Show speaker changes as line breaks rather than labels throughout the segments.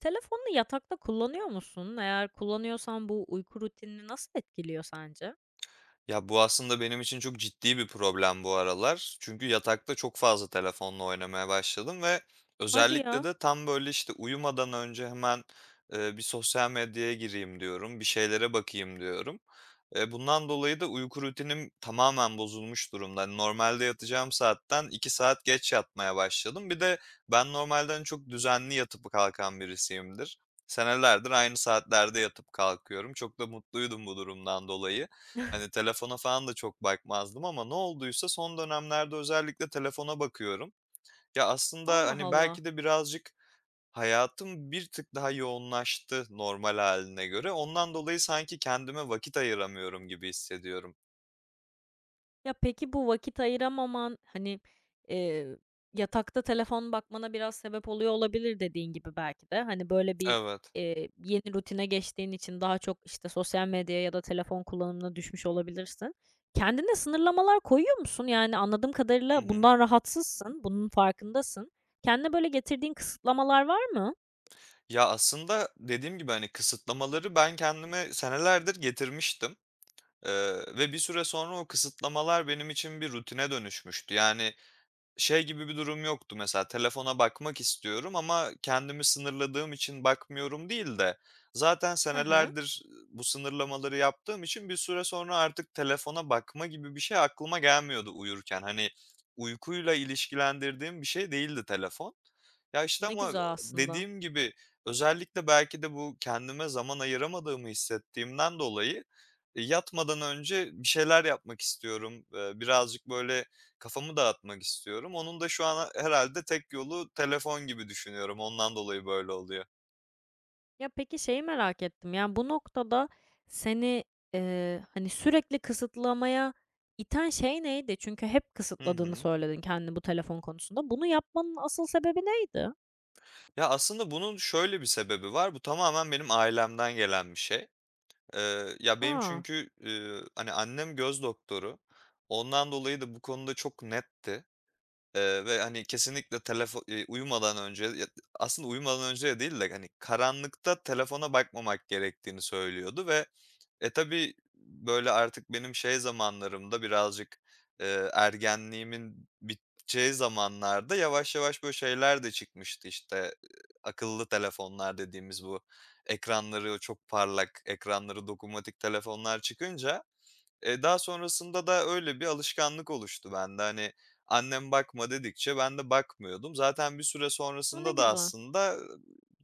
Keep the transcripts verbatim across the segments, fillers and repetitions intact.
Telefonunu yatakta kullanıyor musun? Eğer kullanıyorsan bu uyku rutinini nasıl etkiliyor sence?
Ya, bu aslında benim için çok ciddi bir problem bu aralar. Çünkü yatakta çok fazla telefonla oynamaya başladım ve
Hadi
özellikle
ya.
de tam, böyle, işte, uyumadan önce hemen, eee, bir sosyal medyaya gireyim diyorum, bir şeylere bakayım diyorum. Eee, bundan dolayı da uyku rutinim tamamen bozulmuş durumda. Hani, normalde yatacağım saatten iki saat geç yatmaya başladım. Bir de ben normalden çok düzenli yatıp kalkan birisiyimdir. Senelerdir aynı saatlerde yatıp kalkıyorum. Çok da mutluydum bu durumdan dolayı. Hani, telefona falan da çok bakmazdım ama ne olduysa son dönemlerde özellikle telefona bakıyorum. Ya, aslında,
Allah
hani,
Allah.
belki de birazcık hayatım bir tık daha yoğunlaştı normal haline göre. Ondan dolayı sanki kendime vakit ayıramıyorum gibi hissediyorum.
Ya peki bu vakit ayıramaman, hani, eee, yatakta telefon bakmana biraz sebep oluyor olabilir dediğin gibi belki de. Hani, böyle bir,
Evet.
eee, yeni rutine geçtiğin için daha çok, işte, sosyal medyaya ya da telefon kullanımına düşmüş olabilirsin. Kendine sınırlamalar koyuyor musun? Yani, anladığım
Hı
kadarıyla
hı.
bundan rahatsızsın, bunun farkındasın. Kendine böyle getirdiğin kısıtlamalar var mı?
Ya, aslında dediğim gibi, hani, kısıtlamaları ben kendime senelerdir getirmiştim, eee, ve bir süre sonra o kısıtlamalar benim için bir rutine dönüşmüştü. Yani Şey gibi bir durum yoktu mesela, telefona bakmak istiyorum ama kendimi sınırladığım için bakmıyorum değil de zaten
Hı hı.
senelerdir, bu sınırlamaları yaptığım için bir süre sonra artık telefona bakma gibi bir şey aklıma gelmiyordu uyurken. Hani, uykuyla ilişkilendirdiğim bir şey değildi telefon. Ya, işte,
Ne
ama,
güzel aslında.
dediğim gibi özellikle belki de bu kendime zaman ayıramadığımı hissettiğimden dolayı, eee, yatmadan önce bir şeyler yapmak istiyorum. Eee, birazcık böyle Kafamı dağıtmak istiyorum. Onun da şu an herhalde tek yolu telefon gibi düşünüyorum. Ondan dolayı böyle oluyor.
Ya, peki şeyi merak ettim, yani, bu noktada seni, eee, hani, sürekli kısıtlamaya iten şey neydi? Çünkü hep
Hı
kısıtladığını
hı.
söyledin kendini bu telefon konusunda. Bunu yapmanın asıl sebebi neydi?
Ya, aslında bunun şöyle bir sebebi var. Bu tamamen benim ailemden gelen bir şey. Eee, ya, benim
Aa.
çünkü, eee, hani, annem göz doktoru. Ondan dolayı da bu konuda çok netti, eee, ve, hani, kesinlikle telefon uyumadan önce ya aslında uyumadan önce de değil de, hani, karanlıkta telefona bakmamak gerektiğini söylüyordu ve E, tabii, böyle, artık benim şey zamanlarımda birazcık, eee, ergenliğimin biteceği zamanlarda yavaş yavaş böyle şeyler de çıkmıştı, işte, eee, akıllı telefonlar dediğimiz bu ekranları çok parlak, ekranları dokunmatik telefonlar çıkınca Eee, daha sonrasında da öyle bir alışkanlık oluştu bende. Hani, annem bakma dedikçe ben de bakmıyordum. Zaten bir süre
A, ne
sonrasında da
güzel.
aslında,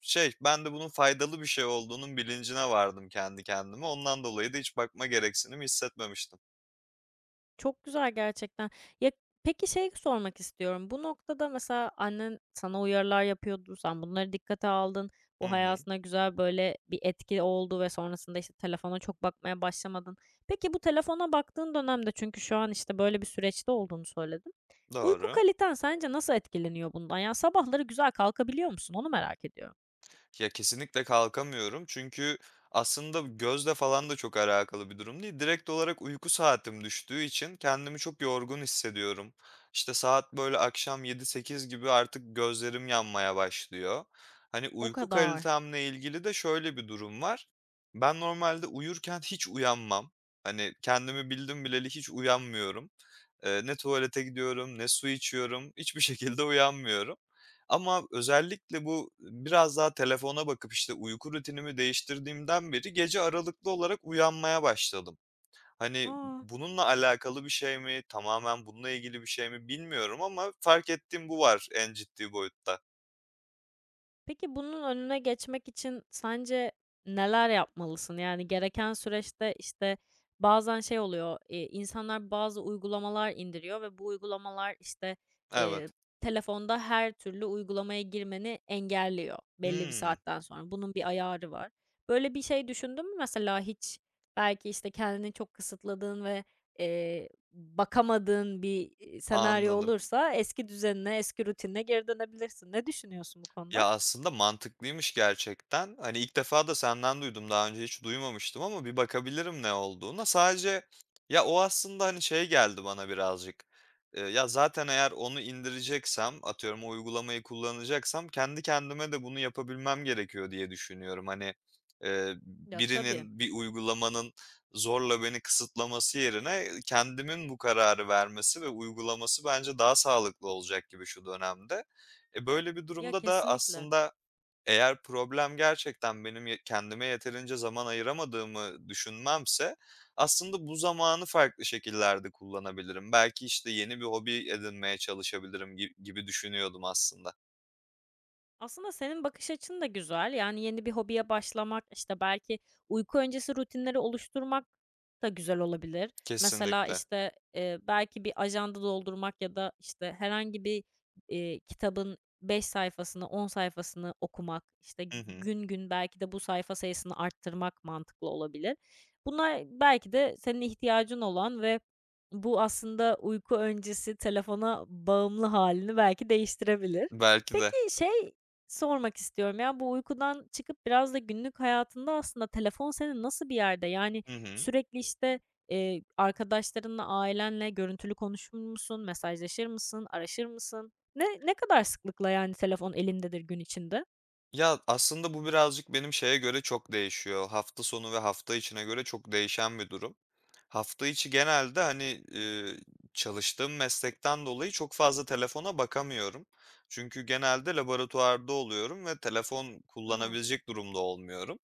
şey, ben de bunun faydalı bir şey olduğunun bilincine vardım kendi kendime. Ondan dolayı da hiç bakma gereksinimi hissetmemiştim.
Çok güzel gerçekten. Ya, peki şeyi sormak istiyorum. Bu noktada mesela annen sana uyarılar yapıyordu, sen bunları dikkate aldın.
Hı
Bu
hı.
hayatına güzel böyle bir etki oldu ve sonrasında, işte, telefona çok bakmaya başlamadın. Peki bu telefona baktığın dönemde çünkü şu an, işte, böyle bir süreçte olduğunu söyledin. Uyku
Doğru.
kaliten sence nasıl etkileniyor bundan? Yani sabahları güzel kalkabiliyor musun? Onu merak ediyorum.
Ya, kesinlikle kalkamıyorum çünkü aslında gözle falan da çok alakalı bir durum değil. Direkt olarak uyku saatim düştüğü için kendimi çok yorgun hissediyorum. İşte, saat, böyle, akşam yedi sekiz gibi artık gözlerim yanmaya başlıyor. Hani,
O
uyku
kadar.
kalitemle ilgili de şöyle bir durum var. Ben normalde uyurken hiç uyanmam. Hani, kendimi bildim bileli hiç uyanmıyorum. Eee, ne tuvalete gidiyorum, ne su içiyorum, hiçbir şekilde uyanmıyorum. Ama özellikle bu biraz daha telefona bakıp, işte, uyku rutinimi değiştirdiğimden beri gece aralıklı olarak uyanmaya başladım. Hani,
A!
bununla alakalı bir şey mi, tamamen bununla ilgili bir şey mi bilmiyorum ama fark ettiğim bu var en ciddi boyutta.
Peki bunun önüne geçmek için sence neler yapmalısın? Yani gereken süreçte, işte, bazen şey oluyor, eee, insanlar bazı uygulamalar indiriyor ve bu uygulamalar, işte, eee,
Evet.
telefonda her türlü uygulamaya girmeni engelliyor belli bir
Hımm,
saatten sonra. Bunun bir ayarı var. Böyle bir şey düşündün mü mesela hiç? Belki, işte, kendini çok kısıtladığın ve, eee, bakamadığın bir, iii, senaryo
anladım.
olursa eski düzenine, eski rutinine geri dönebilirsin. Ne düşünüyorsun bu konuda?
Ya, aslında mantıklıymış gerçekten. Hani, ilk defa da senden duydum. Daha önce hiç duymamıştım ama bir bakabilirim ne olduğuna. Sadece ya, o aslında, hani, şey geldi bana birazcık, eee, ya, zaten eğer onu indireceksem, atıyorum o uygulamayı kullanacaksam kendi kendime de bunu yapabilmem gerekiyor diye düşünüyorum. Hani, eee,
Ya tabii.
birinin, bir uygulamanın zorla beni kısıtlaması yerine kendimin bu kararı vermesi ve uygulaması bence daha sağlıklı olacak gibi şu dönemde. E, böyle bir
Ya
durumda da
kesinlikle.
aslında eğer problem gerçekten benim ye kendime yeterince zaman ayıramadığımı düşünmemse aslında bu zamanı farklı şekillerde kullanabilirim. Belki, işte, yeni bir hobi edinmeye çalışabilirim gi gibi düşünüyordum aslında.
Aslında senin bakış açın da güzel. Yani yeni bir hobiye başlamak, işte, belki uyku öncesi rutinleri oluşturmak da güzel olabilir. Mesela,
Kesinlikle.
işte, eee, belki bir ajanda doldurmak ya da, işte, herhangi bir, eee, kitabın beş sayfasını, on sayfasını okumak, işte,
Hı hı.
gün gün belki de bu sayfa sayısını arttırmak mantıklı olabilir. Bunlar belki de senin ihtiyacın olan ve bu aslında uyku öncesi telefona bağımlı halini belki değiştirebilir.
Belki de.
Peki, şey, sormak istiyorum. Ya, bu uykudan çıkıp biraz da günlük hayatında aslında telefon senin nasıl bir yerde? Yani,
Hı hı.
sürekli, işte, eee, arkadaşlarınla, ailenle görüntülü konuşur musun? Mesajlaşır mısın? Araşır mısın? Ne ne kadar sıklıkla, yani, telefon elindedir gün içinde?
Ya, aslında bu birazcık benim şeye göre çok değişiyor. Hafta sonu ve hafta içine göre çok değişen bir durum. Hafta içi genelde, hani, eee, çalıştığım meslekten dolayı çok fazla telefona bakamıyorum. Çünkü genelde laboratuvarda oluyorum ve telefon
A,
kullanabilecek durumda olmuyorum.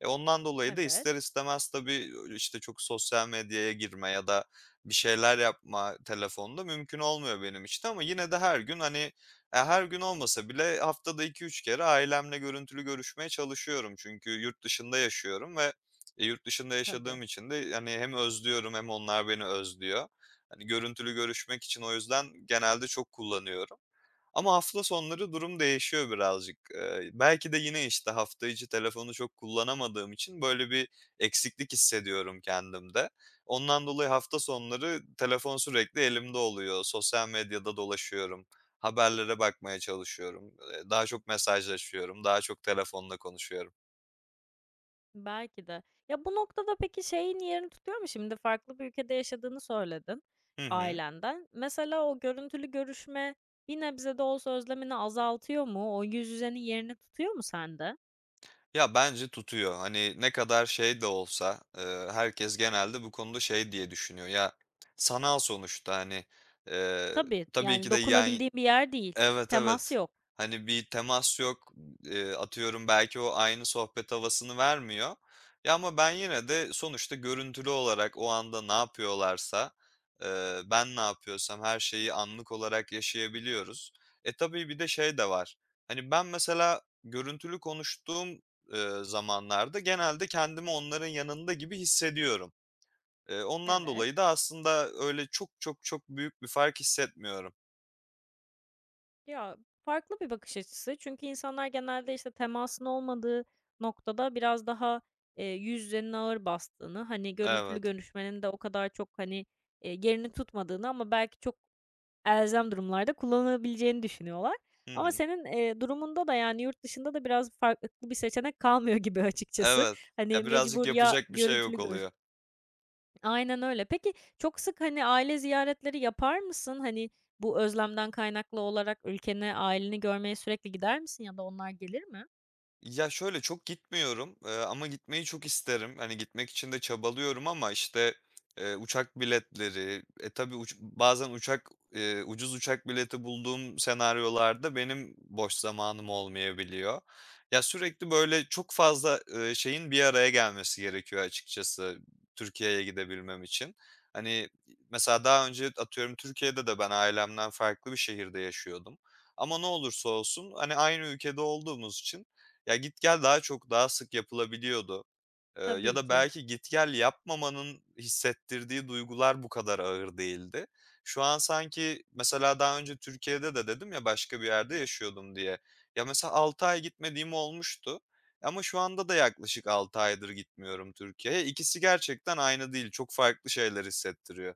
E, ondan dolayı da
evet,
ister istemez tabii, işte, çok sosyal medyaya girme ya da bir şeyler yapma telefonda mümkün olmuyor benim için ama yine de her gün, hani, e, her gün olmasa bile haftada iki üç kere ailemle görüntülü görüşmeye çalışıyorum. Çünkü yurt dışında yaşıyorum ve e, yurt dışında
tabii.
yaşadığım için de, hani, hem özlüyorum hem onlar beni özlüyor. Hani, görüntülü görüşmek için o yüzden genelde çok kullanıyorum. Ama hafta sonları durum değişiyor birazcık. Eee, belki de yine, işte, hafta içi telefonu çok kullanamadığım için böyle bir eksiklik hissediyorum kendimde. Ondan dolayı hafta sonları telefon sürekli elimde oluyor. Sosyal medyada dolaşıyorum, haberlere bakmaya çalışıyorum, eee, daha çok mesajlaşıyorum, daha çok telefonla konuşuyorum.
Belki de. Ya, bu noktada peki şeyin yerini tutuyor mu? Şimdi farklı bir ülkede yaşadığını söyledin
Hı hı.
ailenden. Mesela o görüntülü görüşme bir nebze de olsa özlemini azaltıyor mu? O yüz yüzenin yerini tutuyor mu sende?
Ya, bence tutuyor. Hani, ne kadar şey de olsa, eee, herkes genelde bu konuda şey diye düşünüyor, ya, sanal sonuçta, hani, eee,
Tabii,
tabii
yani
ki de yan
dokunabildiğin bir yer değil.
Evet,
Temas
evet.
yok.
Hani, bir temas yok. Eee, atıyorum, belki o aynı sohbet havasını vermiyor. Ya, ama ben yine de sonuçta görüntülü olarak o anda ne yapıyorlarsa, eee, ben ne yapıyorsam her şeyi anlık olarak yaşayabiliyoruz. E, tabii bir de şey de var. Hani, ben mesela görüntülü konuştuğum, eee, zamanlarda genelde kendimi onların yanında gibi hissediyorum. Eee, ondan
Evet.
dolayı da aslında öyle çok çok çok büyük bir fark hissetmiyorum.
Ya, farklı bir bakış açısı. Çünkü insanlar genelde, işte, temasın olmadığı noktada biraz daha, eee, yüz yüzenin ağır bastığını, hani, görüntülü
Evet.
görüşmenin de o kadar çok, hani, eee, yerini tutmadığını ama belki çok elzem durumlarda kullanılabileceğini düşünüyorlar.
Hı
Ama
hı.
senin, eee, durumunda da, yani, yurt dışında da biraz farklı bir seçenek kalmıyor gibi açıkçası.
Evet.
Hani,
Ya, birazcık
mecbur ya
yapacak bir şey yok
görüntülü görüş
oluyor.
Aynen öyle. Peki, çok sık, hani, aile ziyaretleri yapar mısın? Hani, bu özlemden kaynaklı olarak ülkene, aileni görmeye sürekli gider misin ya da onlar gelir mi?
Ya, şöyle, çok gitmiyorum, eee, ama gitmeyi çok isterim. Hani, gitmek için de çabalıyorum ama, işte, eee, uçak biletleri, e, tabii uç bazen uçak, eee, ucuz uçak bileti bulduğum senaryolarda benim boş zamanım olmayabiliyor. Ya, sürekli, böyle, çok fazla, eee, şeyin bir araya gelmesi gerekiyor açıkçası Türkiye'ye gidebilmem için. Hani, mesela daha önce atıyorum Türkiye'de de ben ailemden farklı bir şehirde yaşıyordum ama ne olursa olsun, hani, aynı ülkede olduğumuz için ya, git gel daha çok, daha sık yapılabiliyordu. Eee, ya
Tabii
da
ki.
belki git gel yapmamanın hissettirdiği duygular bu kadar ağır değildi. Şu an sanki mesela daha önce Türkiye'de de dedim ya başka bir yerde yaşıyordum diye. Ya, mesela altı ay gitmediğim olmuştu ama şu anda da yaklaşık altı aydır gitmiyorum Türkiye'ye. İkisi gerçekten aynı değil. Çok farklı şeyler hissettiriyor.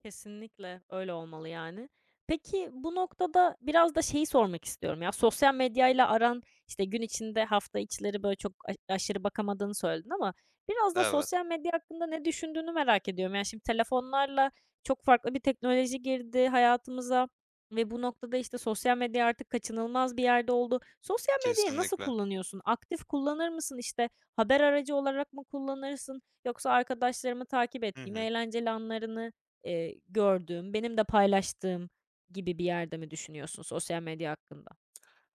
Kesinlikle öyle olmalı yani. Peki bu noktada biraz da şeyi sormak istiyorum ya, sosyal medyayla aran, işte, gün içinde hafta içleri böyle çok aş aşırı bakamadığını söyledin ama biraz da
Evet,
sosyal medya hakkında ne düşündüğünü merak ediyorum. Yani, şimdi telefonlarla çok farklı bir teknoloji girdi hayatımıza ve bu noktada, işte, sosyal medya artık kaçınılmaz bir yerde oldu. Sosyal medyayı nasıl
kesinlikle.
kullanıyorsun? Aktif kullanır mısın? İşte, haber aracı olarak mı kullanırsın yoksa arkadaşlarımı takip
Hı
ettiğim
hı.
eğlenceli anlarını Eee, gördüğüm, benim de paylaştığım gibi bir yerde mi düşünüyorsun sosyal medya hakkında?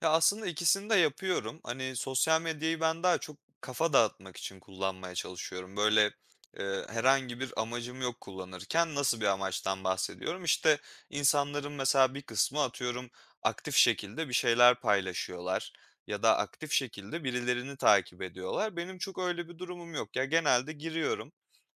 Ya, aslında ikisini de yapıyorum. Hani, sosyal medyayı ben daha çok kafa dağıtmak için kullanmaya çalışıyorum. Böyle, eee, herhangi bir amacım yok kullanırken. Nasıl bir amaçtan bahsediyorum? İşte, insanların mesela bir kısmı atıyorum aktif şekilde bir şeyler paylaşıyorlar ya da aktif şekilde birilerini takip ediyorlar. Benim çok öyle bir durumum yok. Ya, genelde giriyorum,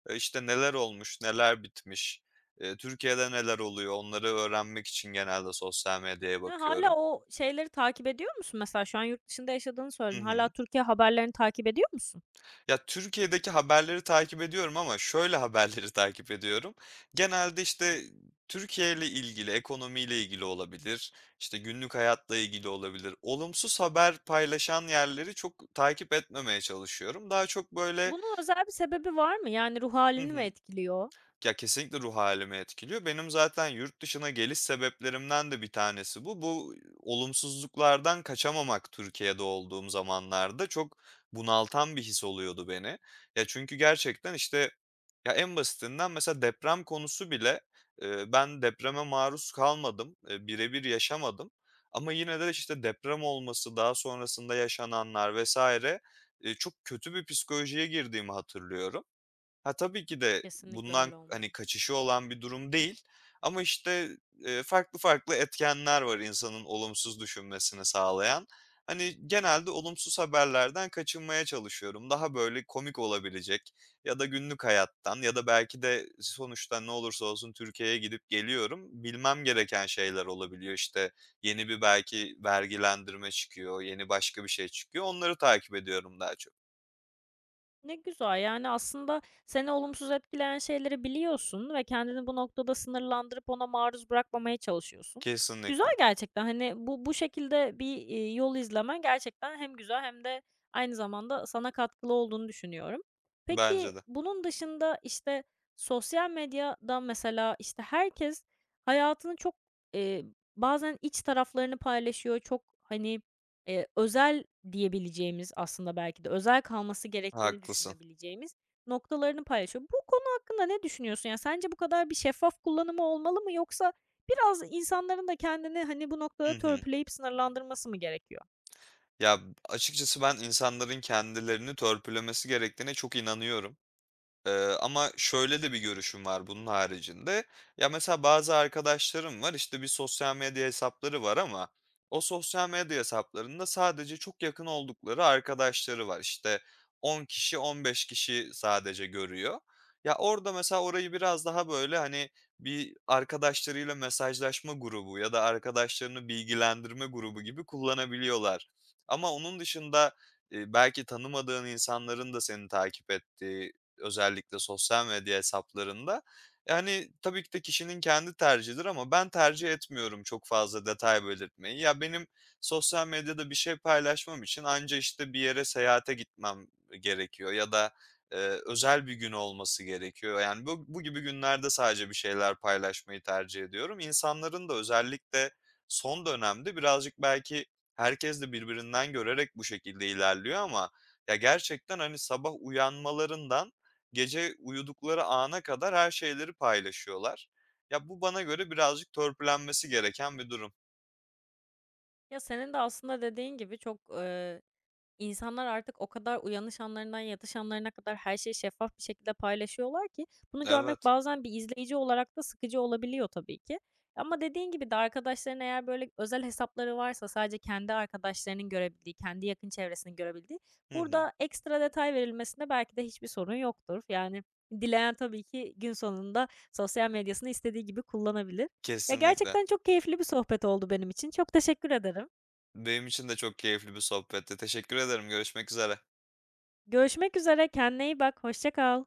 eee, işte, neler olmuş, neler bitmiş, eee, Türkiye'de neler oluyor onları öğrenmek için genelde sosyal medyaya
Ha,
bakıyorum.
hâlâ o şeyleri takip ediyor musun? Mesela şu an yurt dışında yaşadığını
Hı
söyledin.
hı.
Hala Türkiye haberlerini takip ediyor musun?
Ya, Türkiye'deki haberleri takip ediyorum ama şöyle haberleri takip ediyorum. Genelde, işte, Türkiye ile ilgili, ekonomiyle ilgili olabilir, işte, günlük hayatla ilgili olabilir. Olumsuz haber paylaşan yerleri çok takip etmemeye çalışıyorum. Daha çok, böyle.
Bunun özel bir sebebi var mı? Yani ruh
Hı
halini mi
hı.
etkiliyor?
Ya, kesinlikle ruh hâlimi etkiliyor. Benim zaten yurt dışına geliş sebeplerimden de bir tanesi bu. Bu olumsuzluklardan kaçamamak Türkiye'de olduğum zamanlarda çok bunaltan bir his oluyordu beni. Ya, çünkü gerçekten, işte, ya, en basitinden mesela deprem konusu bile, eee, ben depreme maruz kalmadım, eee, bire yaşamadım ama yine de, işte, deprem olması, daha sonrasında yaşananlar vesaire eee, çok kötü bir psikolojiye girdiğimi hatırlıyorum. Ha, tabii ki de
Kesinlikle
bundan,
öyle
hani,
olmalı.
kaçışı olan bir durum değil ama, işte, eee, farklı farklı etkenler var insanın olumsuz düşünmesini sağlayan. Hani, genelde olumsuz haberlerden kaçınmaya çalışıyorum. Daha, böyle, komik olabilecek ya da günlük hayattan ya da belki de sonuçta ne olursa olsun Türkiye'ye gidip geliyorum. Bilmem gereken şeyler olabiliyor. İşte, yeni bir belki vergilendirme çıkıyor, yeni başka bir şey çıkıyor. Onları takip ediyorum daha çok.
Ne güzel, yani, aslında seni olumsuz etkileyen şeyleri biliyorsun ve kendini bu noktada sınırlandırıp ona maruz bırakmamaya çalışıyorsun. Güzel
Kesinlikle.
gerçekten, hani, bu bu şekilde bir, iii, yol izlemen gerçekten hem güzel hem de aynı zamanda sana katkılı olduğunu düşünüyorum.
Bence
Peki,
de.
bunun dışında, işte, sosyal medyada mesela, işte, herkes hayatını çok, eee, bazen iç taraflarını paylaşıyor, çok, hani, Eee, özel diyebileceğimiz aslında belki de özel kalması gerektiğini
Haklısın.
düşünebileceğimiz noktalarını paylaşıyor. Bu konu hakkında ne düşünüyorsun? Yani sence bu kadar bir şeffaf kullanımı olmalı mı yoksa biraz insanların da kendini hani bu
Hı
noktada
hı.
törpüleyip sınırlandırması mı gerekiyor?
Ya, açıkçası ben insanların kendilerini törpülemesi gerektiğine çok inanıyorum. Eee, ama şöyle de bir görüşüm var bunun haricinde. Ya, mesela bazı arkadaşlarım var, işte, bir sosyal medya hesapları var ama o sosyal medya hesaplarında sadece çok yakın oldukları arkadaşları var. İşte, on kişi, on beş kişi sadece görüyor. Ya, orada mesela orayı biraz daha, böyle, hani, bir arkadaşlarıyla mesajlaşma grubu ya da arkadaşlarını bilgilendirme grubu gibi kullanabiliyorlar. Ama onun dışında, eee, belki tanımadığın insanların da seni takip ettiği özellikle sosyal medya hesaplarında. Yani, tabii ki de kişinin kendi tercihidir ama ben tercih etmiyorum çok fazla detay belirtmeyi. Ya, benim sosyal medyada bir şey paylaşmam için anca, işte, bir yere seyahate gitmem gerekiyor ya da, eee, özel bir gün olması gerekiyor. Yani, bu bu gibi günlerde sadece bir şeyler paylaşmayı tercih ediyorum. İnsanların da özellikle son dönemde birazcık belki herkes de birbirinden görerek bu şekilde ilerliyor ama ya, gerçekten, hani, sabah uyanmalarından Gece uyudukları ana kadar her şeyleri paylaşıyorlar. Ya, bu bana göre birazcık törpülenmesi gereken bir durum.
Ya senin de aslında dediğin gibi çok İnsanlar artık o kadar uyanış anlarından yatış anlarına kadar her şeyi şeffaf bir şekilde paylaşıyorlar ki bunu görmek
Evet.
bazen bir izleyici olarak da sıkıcı olabiliyor tabii ki. Ama dediğin gibi de arkadaşların eğer böyle özel hesapları varsa sadece kendi arkadaşlarının görebildiği, kendi yakın çevresinin görebildiği
Hı hı.
burada ekstra detay verilmesinde belki de hiçbir sorun yoktur. Yani dileyen tabii ki gün sonunda sosyal medyasını istediği gibi kullanabilir. Ya
Kesinlikle.
gerçekten çok keyifli bir sohbet oldu benim için. Çok teşekkür ederim.
Benim için de çok keyifli bir sohbetti. Teşekkür ederim. Görüşmek üzere.
Görüşmek üzere. Kendine iyi bak. Hoşça kal.